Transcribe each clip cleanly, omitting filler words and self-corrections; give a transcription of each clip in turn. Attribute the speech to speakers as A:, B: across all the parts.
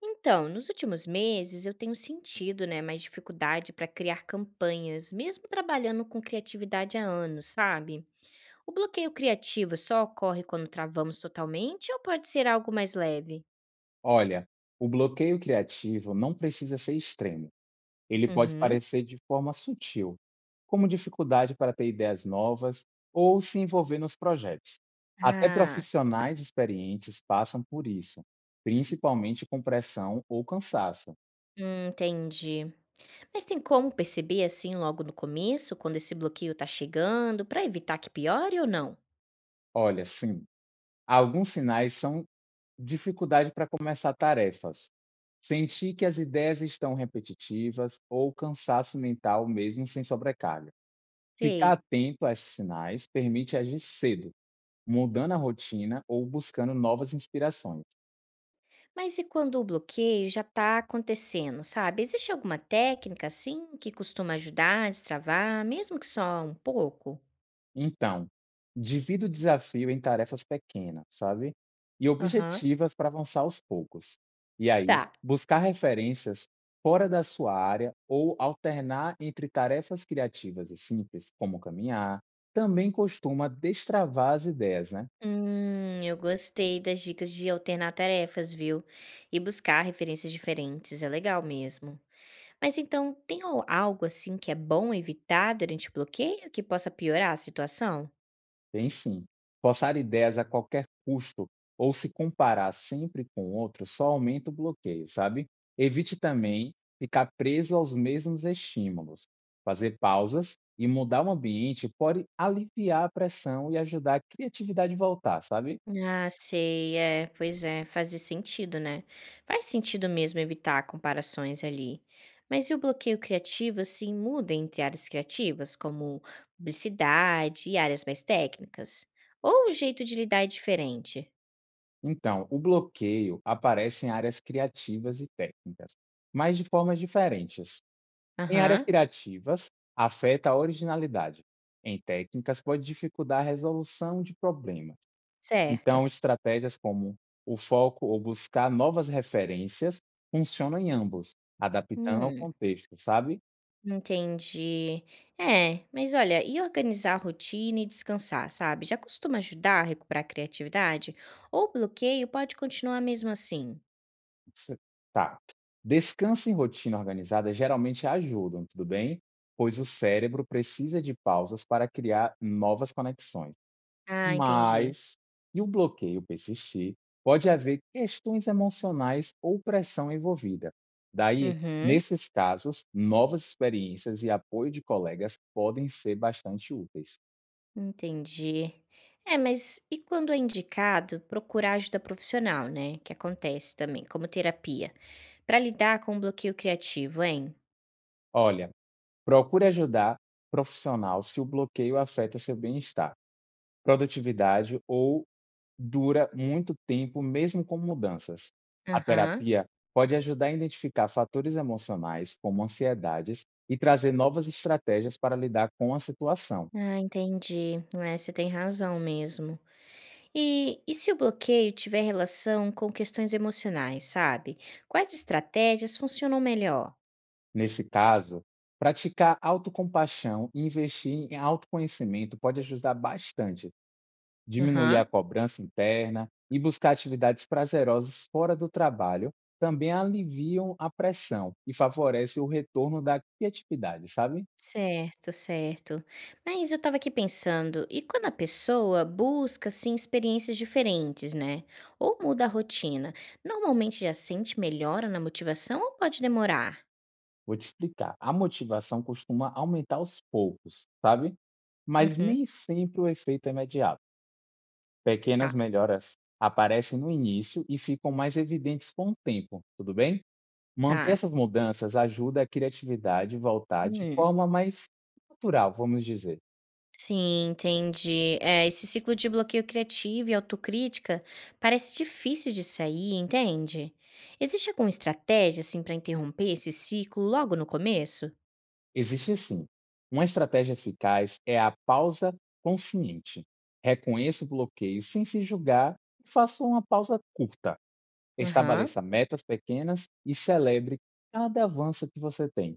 A: Então, nos últimos meses eu tenho sentido, né, mais dificuldade para criar campanhas, mesmo trabalhando com criatividade há anos, sabe? O bloqueio criativo só ocorre quando travamos totalmente ou pode ser algo mais leve?
B: Olha, o bloqueio criativo não precisa ser extremo. Ele pode
A: Uhum.
B: parecer de forma sutil, como dificuldade para ter ideias novas ou se envolver nos projetos. Até
A: Ah,
B: profissionais experientes passam por isso, principalmente com pressão ou cansaço.
A: entendi. Mas tem como perceber assim logo no começo, quando esse bloqueio tá chegando, para evitar que piore ou não?
B: Olha, sim, alguns sinais são dificuldade para começar tarefas, sentir que as ideias estão repetitivas ou cansaço mental mesmo sem sobrecarga. Ficar
A: Sei.
B: atento a esses sinais permite agir cedo, mudando a rotina ou buscando novas inspirações.
A: Mas e quando o bloqueio já está acontecendo, sabe? Existe alguma técnica assim que costuma ajudar a destravar, mesmo que só um pouco?
B: Então, divida o desafio em tarefas pequenas, sabe? E
A: Aham,
B: objetivas para avançar aos poucos. E aí,
A: tá.
B: buscar referências fora da sua área ou alternar entre tarefas criativas e simples, como caminhar, também costuma destravar as ideias, né?
A: Eu gostei das dicas de alternar tarefas, viu? E buscar referências diferentes, é legal mesmo. Mas então, tem algo assim que é bom evitar durante o bloqueio que possa piorar a situação?
B: Enfim, forçar ideias a qualquer custo ou se comparar sempre com outros só aumenta o bloqueio, sabe? Evite também ficar preso aos mesmos estímulos. Fazer pausas e mudar o ambiente pode aliviar a pressão e ajudar a criatividade voltar, sabe?
A: Ah, sei, é, pois é, faz sentido, né? Faz sentido mesmo evitar comparações ali. Mas e o bloqueio criativo, assim, muda entre áreas criativas, como publicidade e áreas mais técnicas? Ou o jeito de lidar é diferente?
B: Então, o bloqueio aparece em áreas criativas e técnicas, mas de formas diferentes. Em áreas
A: Aham,
B: criativas, afeta a originalidade. Em técnicas, pode dificultar a resolução de problemas.
A: certo.
B: Então, estratégias como o foco ou buscar novas referências funcionam em ambos, adaptando ao
A: Hum,
B: contexto, sabe?
A: entendi. É, mas olha, e organizar a rotina e descansar, sabe? Já costuma ajudar a recuperar a criatividade? Ou o bloqueio pode continuar mesmo assim?
B: Se- Tá. Descanso e rotina organizada geralmente ajudam, tudo bem? Pois o cérebro precisa de pausas para criar novas conexões.
A: Ah, entendi.
B: Mas, e o bloqueio persistir, pode haver questões emocionais ou pressão envolvida. Daí,
A: Uhum,
B: nesses casos, novas experiências e apoio de colegas podem ser bastante úteis.
A: entendi. É, mas e quando é indicado procurar ajuda profissional, né? Que acontece também, como terapia, para lidar com o bloqueio criativo, hein?
B: Olha, procure ajudar profissional se o bloqueio afeta seu bem-estar, produtividade ou dura muito tempo, mesmo com mudanças. A
A: Aham.
B: terapia pode ajudar a identificar fatores emocionais, como ansiedades, e trazer novas estratégias para lidar com a situação.
A: Ah, entendi. É, você tem razão mesmo. E se o bloqueio tiver relação com questões emocionais, sabe? Quais estratégias funcionam melhor?
B: Nesse caso, praticar autocompaixão e investir em autoconhecimento pode ajudar bastante, diminuir
A: Aham.
B: a cobrança interna e buscar atividades prazerosas fora do trabalho também aliviam a pressão e favorece o retorno da criatividade, sabe?
A: Certo, certo. Mas eu estava aqui pensando, e quando a pessoa busca assim experiências diferentes, né? Ou muda a rotina, normalmente já sente melhora na motivação ou pode demorar?
B: Vou te explicar, a motivação costuma aumentar aos poucos, sabe? Mas
A: Uhum,
B: nem sempre o efeito é imediato. Pequenas
A: tá,
B: melhoras aparecem no início e ficam mais evidentes com o tempo, tudo bem? Manter
A: tá.
B: essas mudanças ajuda a criatividade voltar de
A: Hum,
B: forma mais natural, vamos dizer.
A: sim, entendi. É, esse ciclo de bloqueio criativo e autocrítica parece difícil de sair, entende? Existe alguma estratégia assim para interromper esse ciclo logo no começo?
B: Existe sim. Uma estratégia eficaz é a pausa consciente. Reconheça o bloqueio sem se julgar e faça uma pausa curta.
A: Aham,
B: Estabeleça metas pequenas e celebre cada avanço que você tem.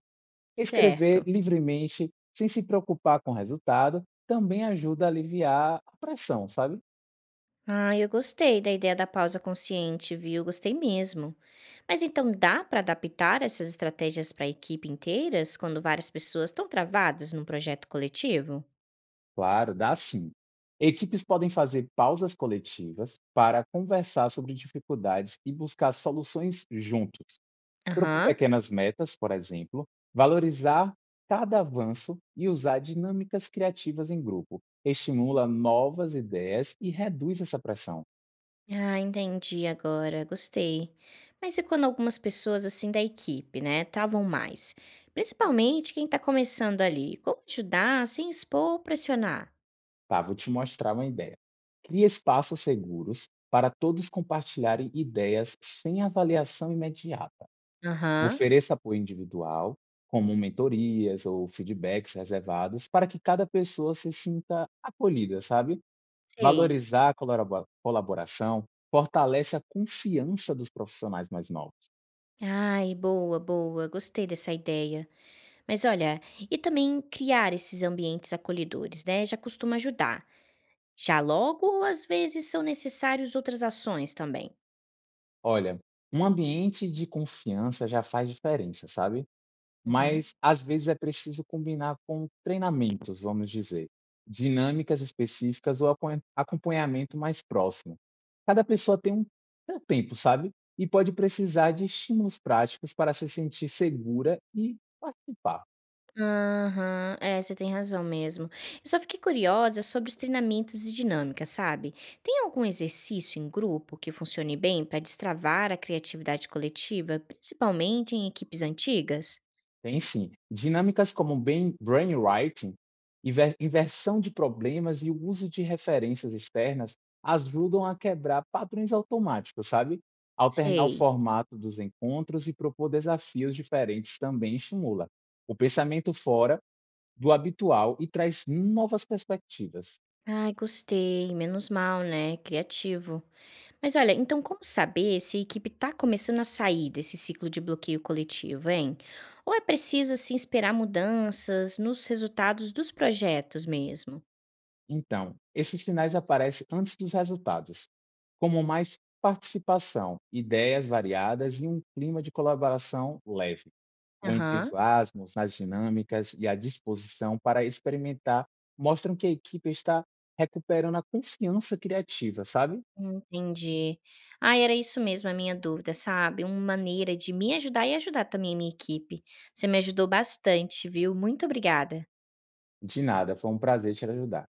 B: Escrever
A: certo.
B: livremente, sem se preocupar com o resultado, também ajuda a aliviar a pressão, sabe?
A: Ah, eu gostei da ideia da pausa consciente, viu? Gostei mesmo. Mas então dá para adaptar essas estratégias para equipe inteiras quando várias pessoas estão travadas num projeto coletivo?
B: Claro, dá sim. Equipes podem fazer pausas coletivas para conversar sobre dificuldades e buscar soluções juntos. Propor
A: Aham.
B: pequenas metas, por exemplo, valorizar cada avanço e usar dinâmicas criativas em grupo. Estimula novas ideias e reduz essa pressão.
A: Ah, entendi agora. Gostei. Mas e quando algumas pessoas assim da equipe, né, travam mais? Principalmente quem está começando ali. Como ajudar sem expor ou pressionar?
B: Tá, vou te mostrar uma ideia. Crie espaços seguros para todos compartilharem ideias sem avaliação imediata.
A: Aham.
B: Ofereça apoio individual, como mentorias ou feedbacks reservados, para que cada pessoa se sinta acolhida, sabe?
A: Sei.
B: Valorizar a colaboração fortalece a confiança dos profissionais mais novos.
A: Ai, boa, boa. Gostei dessa ideia. Mas olha, e também criar esses ambientes acolhedores, né, já costuma ajudar. Já logo, às vezes são necessários outras ações também?
B: Olha, um ambiente de confiança já faz diferença, sabe?
A: Uhum.
B: Mas, às vezes, é preciso combinar com treinamentos, vamos dizer, dinâmicas específicas ou acon acompanhamento mais próximo. Cada pessoa tem um seu tempo, sabe, e pode precisar de estímulos práticos para se sentir segura e participar.
A: Aham, é, você tem razão mesmo. Eu só fiquei curiosa sobre os treinamentos e dinâmica, sabe? Tem algum exercício em grupo que funcione bem para destravar a criatividade coletiva, principalmente em equipes antigas?
B: Tem sim. Dinâmicas como brainwriting, inversão de problemas e o uso de referências externas ajudam a quebrar padrões automáticos, sabe? Alternar o
A: Sei.
B: formato dos encontros e propor desafios diferentes também estimula o pensamento fora do habitual e traz novas perspectivas.
A: Ai, gostei, menos mal, né? Criativo. Mas olha, então como saber se a equipe está começando a sair desse ciclo de bloqueio coletivo, hein? Ou é preciso, assim, esperar mudanças nos resultados dos projetos mesmo?
B: Então, esses sinais aparecem antes dos resultados, como mais participação, ideias variadas e um clima de colaboração leve. O
A: Aham,
B: entusiasmo nas dinâmicas e a disposição para experimentar mostram que a equipe está recuperando a confiança criativa, sabe?
A: entendi. Ah, era isso mesmo a minha dúvida, sabe? Uma maneira de me ajudar e ajudar também a minha equipe. Você me ajudou bastante, viu? Muito obrigada.
B: De nada, foi um prazer te ajudar.